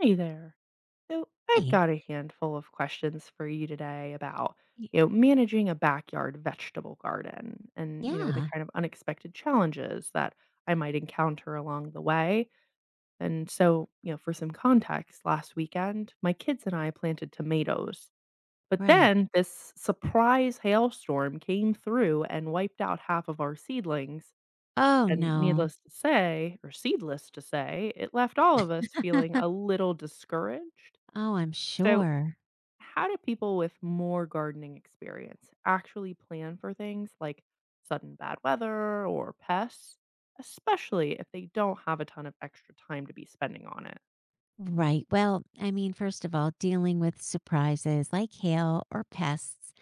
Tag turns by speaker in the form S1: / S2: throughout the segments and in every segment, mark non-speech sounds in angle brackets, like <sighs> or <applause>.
S1: Hey there. So I've
S2: Hi.
S1: got a handful of questions for you today about,
S2: Y
S1: you know, managing a backyard vegetable garden and the
S2: Yeah,
S1: kind of unexpected challenges that I might encounter along the way. And for some context, last weekend, my kids and I planted tomatoes. But
S2: right.
S1: then this surprise hailstorm came through and wiped out half of our seedlings.
S2: Oh,
S1: And
S2: no.
S1: needless to say, or seedless to say, it left all of us feeling a little discouraged
S2: Oh, I'm
S1: so,
S2: sure.
S1: how do people with more gardening experience actually plan for things like sudden bad weather or pests, especially if they don't have a ton of extra time to be spending on it?
S2: Right. Well, I mean, first of all, dealing with surprises like hail or pests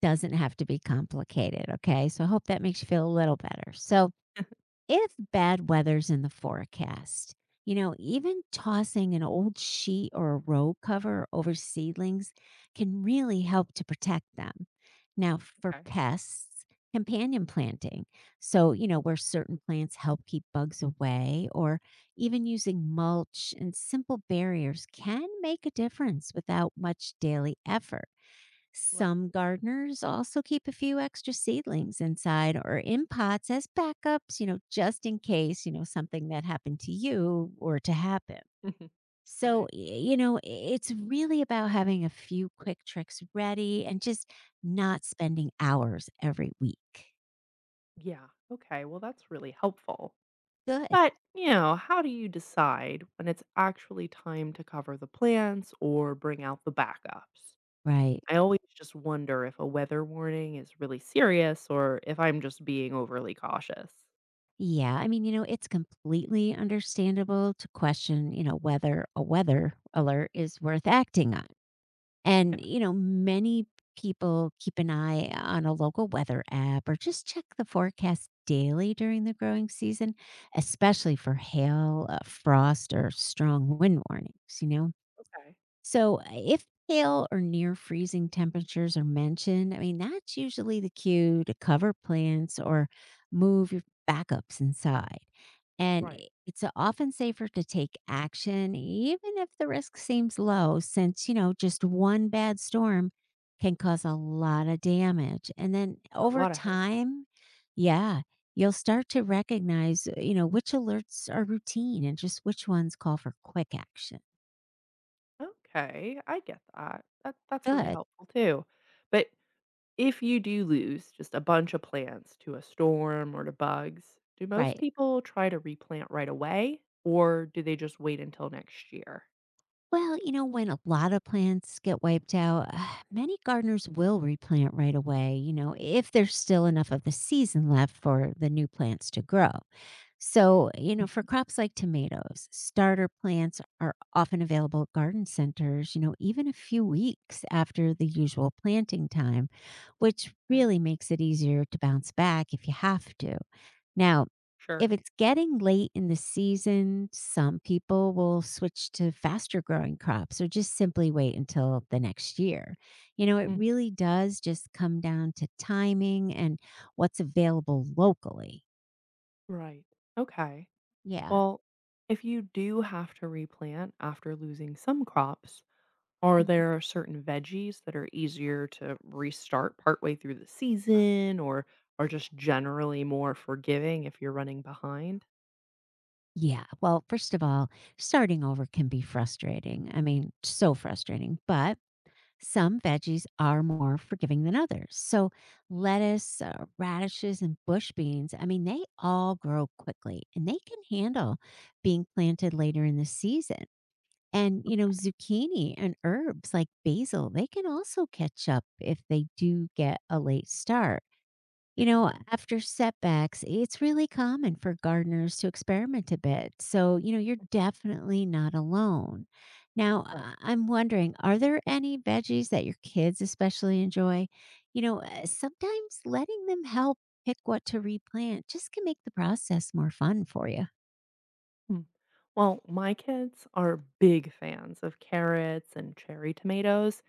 S2: doesn't have to be complicated, okay? So I hope that makes you feel a little better. So
S1: <laughs>
S2: if bad weather's in the forecast, you know, even tossing an old sheet or a row cover over seedlings can really help to protect them. Now, for
S1: Okay.
S2: pests, companion planting. So, you know, where certain plants help keep bugs away, or even using mulch and simple barriers can make a difference without much daily effort.
S1: Right.
S2: Some gardeners also keep a few extra seedlings inside or in pots as backups, you know, just in case, you know, something that happened to you or to happen.
S1: <laughs>
S2: So,
S1: Right.
S2: you know, it's really about having a few quick tricks ready and just not spending hours every week.
S1: Yeah. Okay. Well, that's really helpful.
S2: Good.
S1: But how do you decide when it's actually time to cover the plants or bring out the backups?
S2: Right.
S1: I always just wonder if a weather warning is really serious or if I'm just being overly cautious.
S2: Yeah. I mean, you know, it's completely understandable to question, you know, whether a weather alert is worth acting on.
S1: Yeah,
S2: And, you know, many people keep an eye on a local weather app or just check the forecast daily during the growing season, especially for hail, frost, or strong wind warnings, you know?
S1: okay.
S2: So if hail or near freezing temperatures are mentioned, I mean, that's usually the cue to cover plants or move your backups inside. And
S1: Right.
S2: it's often safer to take action, even if the risk seems low, since, you know, just one bad storm can cause a lot of damage. And then
S1: And a
S2: over
S1: lot of headaches.
S2: time, yeah, you'll start to recognize, you know, which alerts are routine and just which ones call for quick action.
S1: Okay, I get that. That that's really
S2: Good.
S1: helpful too. But if you do lose just a bunch of plants to a storm or to bugs, do most
S2: Right.
S1: people try to replant right away or do they just wait until next year?
S2: Well, you know, when a lot of plants get wiped out, <sighs> many gardeners will replant right away, you know, if there's still enough of the season left for the new plants to grow. So, you know, for crops like tomatoes, starter plants are often available at garden centers, you know, even a few weeks after the usual planting time, which
S1: Okay.
S2: really makes it easier to bounce back if you have to. Now,
S1: Sure.
S2: if it's getting late in the season, some people will switch to faster growing crops or just simply wait until the next year. You know, it
S1: Mm,
S2: really does just come down to timing and what's available locally.
S1: right. Okay.
S2: Yeah.
S1: Well, if you do have to replant after losing some crops, are
S2: Mhm.
S1: there certain veggies that are easier to restart partway through the season or are just generally more forgiving if you're running behind?
S2: Yeah. Well, first of all, starting over can be frustrating. I mean, so frustrating, but some veggies are more forgiving than others. So, lettuce, radishes, and bush beans, I mean, they all grow quickly and they can handle being planted later in the season. And, you know, zucchini and herbs like basil, they can also catch up if they do get a late start. You
S1: Sure.
S2: know, after setbacks, it's really common for gardeners to experiment a bit. So, you know, you're definitely not alone. Now,
S1: Right.
S2: I'm wondering, are there any veggies that your kids especially enjoy? You know, sometimes letting them help pick what to replant just can make the process more fun for you.
S1: Mm. Well, my kids are big fans of carrots and cherry tomatoes,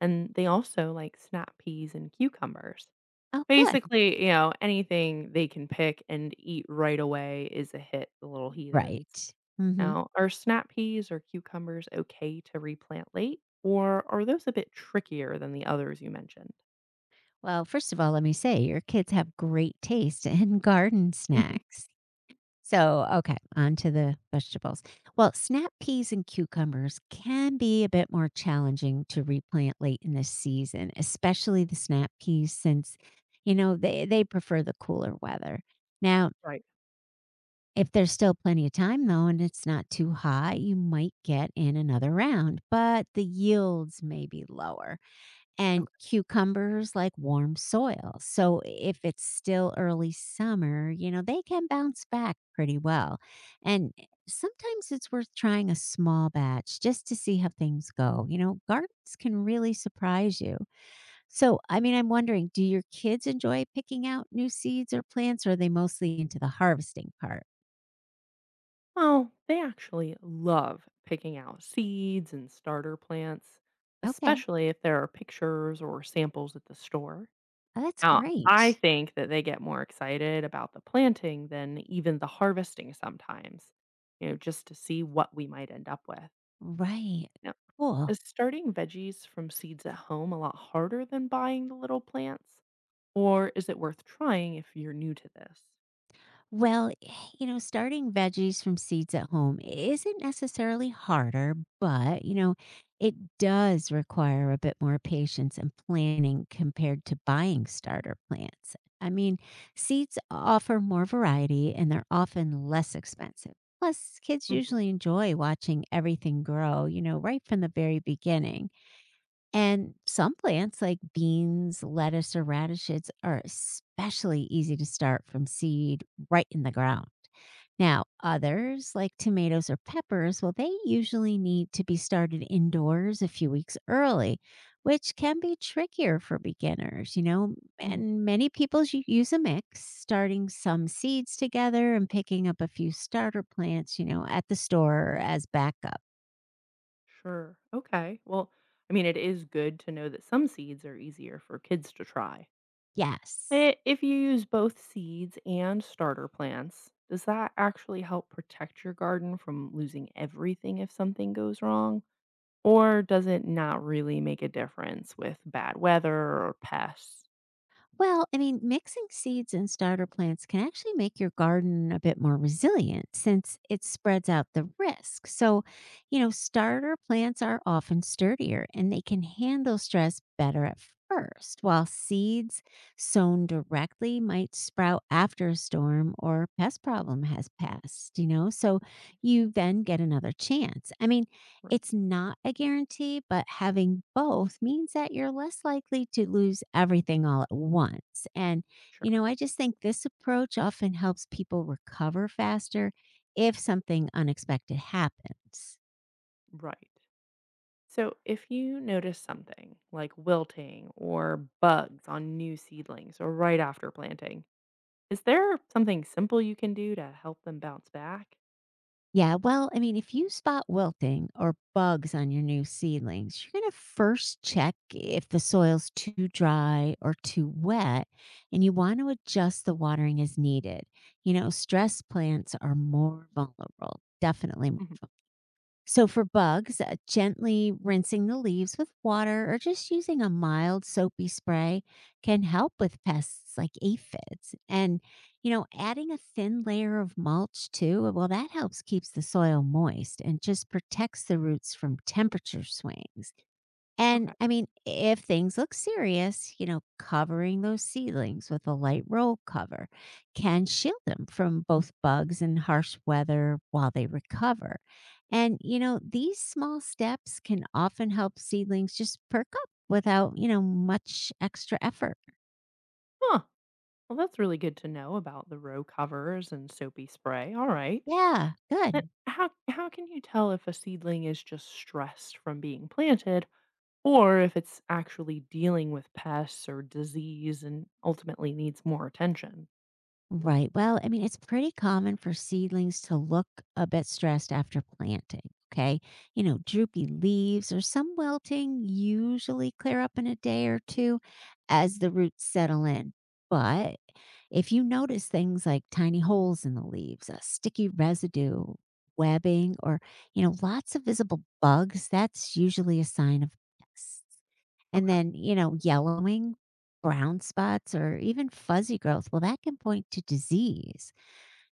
S1: and they also like snap peas and cucumbers.
S2: Oh, good.
S1: Basically, anything they can pick and eat right away is a hit, the little heathens.
S2: Right. Hmm.
S1: Now, are snap peas or cucumbers okay to replant late, or are those a bit trickier than the others you mentioned?
S2: Well, first of all, let me say your kids have great taste in <laughs> garden
S1: <laughs>
S2: snacks. So, okay, on to the vegetables. Well, snap peas and cucumbers can be a bit more challenging to replant late in the season, especially the snap peas since, you know, they prefer the cooler weather. Now,
S1: Right.
S2: if there's still plenty of time though and it's not too hot, you might get in another round, but the yields may be lower and cucumbers like warm soil. So if it's still early summer, you know, they can bounce back pretty well. And sometimes it's worth trying a small batch just to see how things go. You know, gardens can really surprise you. So, I mean, I'm wondering, do your kids enjoy picking out new seeds or plants, or are they mostly into the harvesting part?
S1: Well, they actually love picking out seeds and starter plants,
S2: Okay.
S1: especially if there are pictures or samples at the store.
S2: Oh, that's
S1: Now, I
S2: great.
S1: think that they get more excited about the planting than even the harvesting sometimes, just to see what we might end up with.
S2: Right.
S1: Now,
S2: Cool.
S1: is starting veggies from seeds at home a lot harder than buying the little plants? Or is it worth trying if you're new to this?
S2: Well, <sighs> you know, starting veggies from seeds at home isn't necessarily harder, but, you know, it does require a bit more patience and planning compared to buying starter plants. I mean, seeds offer more variety and they're often less expensive. Plus, kids
S1: Hmm.
S2: usually enjoy watching everything grow, you know, right from the very beginning. And some plants like beans, lettuce, or radishes are especially easy to start from seed right in the ground. Now,
S1: Okay.
S2: others like tomatoes or peppers, well, they usually need to be started indoors a few weeks early, which can be trickier for beginners, you know. And many people use a mix, starting some seeds together and picking up a few starter plants, you know, at the store as backup.
S1: Sure. Okay. Well, I mean, it is good to know that some seeds are easier for kids to try.
S2: Yes.
S1: If you use both seeds and starter plants, does that actually help protect your garden from losing everything if something goes wrong? Or does it not really make a difference with bad weather or pests?
S2: Well, I mean, mixing seeds and starter plants can actually make your garden a bit more resilient since it spreads out the risk. So, you know, starter plants are often sturdier and they can handle stress better at first, while seeds sown directly might sprout after a storm or pest problem has passed, you know? So you then get another chance. I mean,
S1: Right.
S2: it's not a guarantee, but having both means that you're less likely to lose everything all at once. And, you
S1: Sure.
S2: know, I just think this approach often helps people recover faster if something unexpected happens.
S1: Right. So, if you notice something like wilting or bugs on new seedlings or right after planting, is there something simple you can do to help them bounce back?
S2: Yeah, well, I mean, if you spot wilting or bugs on your new seedlings, you're going to first check if the soil's too dry or too wet, and you want to adjust the watering as needed. You know, stress plants are more vulnerable, definitely more
S1: Mhm.
S2: vulnerable. So for bugs, gently rinsing the leaves with water or just using a mild soapy spray can help with pests like aphids. And you know, adding a thin layer of mulch too, well that helps keeps the soil moist and just protects the roots from temperature swings. And
S1: Okay.
S2: I mean, if things look serious, you know, covering those seedlings with a light roll cover can shield them from both bugs and harsh weather while they recover. And, you know, these small steps can often help seedlings just perk up without, you know, much extra effort.
S1: Huh. Well, that's really good to know about the row covers and soapy spray. All right.
S2: Yeah,
S1: Then
S2: good.
S1: how can you tell if a seedling is just stressed from being planted or if it's actually dealing with pests or disease and ultimately needs more attention?
S2: Right. Well, I mean, it's pretty common for seedlings to look a bit stressed after planting. Okay. You know, droopy leaves or some wilting usually clear up in a day or two as the roots settle in. But if you notice things like tiny holes in the leaves, a sticky residue, webbing, or, you know, lots of visible bugs, that's usually a sign of pests. And
S1: Okay.
S2: then, you know, yellowing, brown spots, or even fuzzy growth, well, that can point to disease.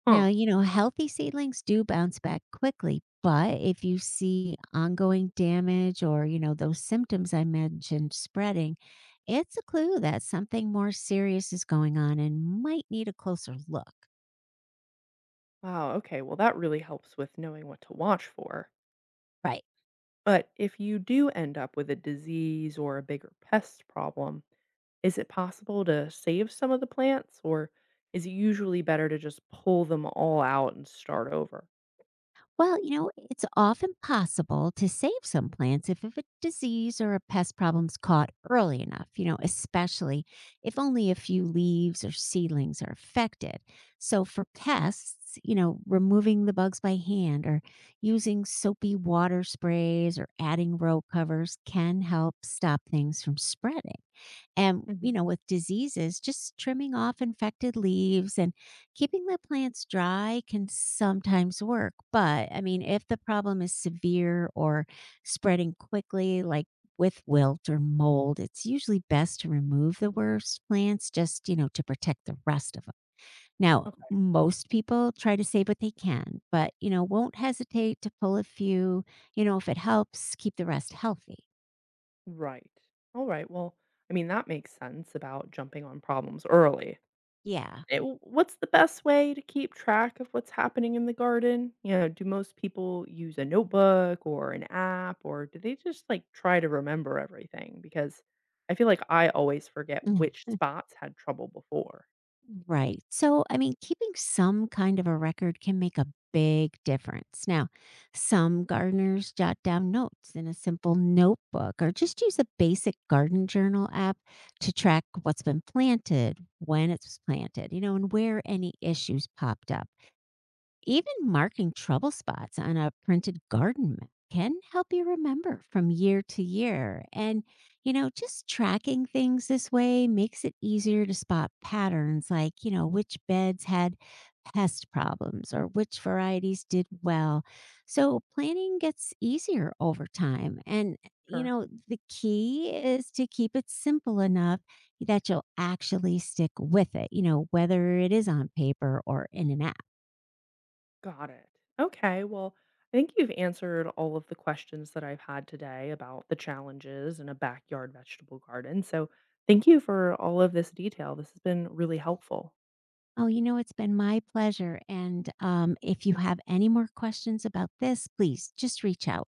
S1: Huh.
S2: Now, you know, healthy seedlings do bounce back quickly, but if you see ongoing damage or, you know, those symptoms I mentioned spreading, it's a clue that something more serious is going on and might need a closer look.
S1: Wow. Okay. Well, that really helps with knowing what to watch for.
S2: Right.
S1: But if you do end up with a disease or a bigger pest problem, is it possible to save some of the plants, or is it usually better to just pull them all out and start over?
S2: Well, you know, it's often possible to save some plants if a disease or a pest problem's caught early enough, you know, especially if only a few leaves or seedlings are affected. So for pests, you know, removing the bugs by hand or using soapy water sprays or adding row covers can help stop things from spreading. And, you
S1: Mhm.
S2: know, with diseases, just trimming off infected leaves and keeping the plants dry can sometimes work. But I mean, if the problem is severe or spreading quickly, like with wilt or mold, it's usually best to remove the worst plants just, you know, to protect the rest of them. Now,
S1: Okay.
S2: most people try to save what they can, but, you know, won't hesitate to pull a few, you know, if it helps keep the rest healthy.
S1: Right. All right. Well, I mean, that makes sense about jumping on problems early.
S2: Yeah.
S1: Eh, what's the best way to keep track of what's happening in the garden? You know, do most people use a notebook or an app, or do they just, like, try to remember everything? Because I feel like I always forget which
S2: Mm.
S1: spots had trouble before.
S2: Right. So, I mean, keeping some kind of a record can make a big difference. Now, some gardeners jot down notes in a simple notebook or just use a basic garden journal app to track what's been planted, when it was planted, you know, and where any issues popped up. Even marking trouble spots on a printed garden map can help you remember from year to year. And, you know, just tracking things this way makes it easier to spot patterns like, you know, which beds had pest problems or which varieties did well. So planning gets easier over time. And, you
S1: Sure.
S2: know, the key is to keep it simple enough that you'll actually stick with it, you know, whether it is on paper or in an app.
S1: Got it. Okay, well, I think you've answered all of the questions that I've had today about the challenges in a backyard vegetable garden, so thank you for all of this detail. This has been really helpful.
S2: Oh, you know, it's been my pleasure. And if you have any more questions about this, please just reach out.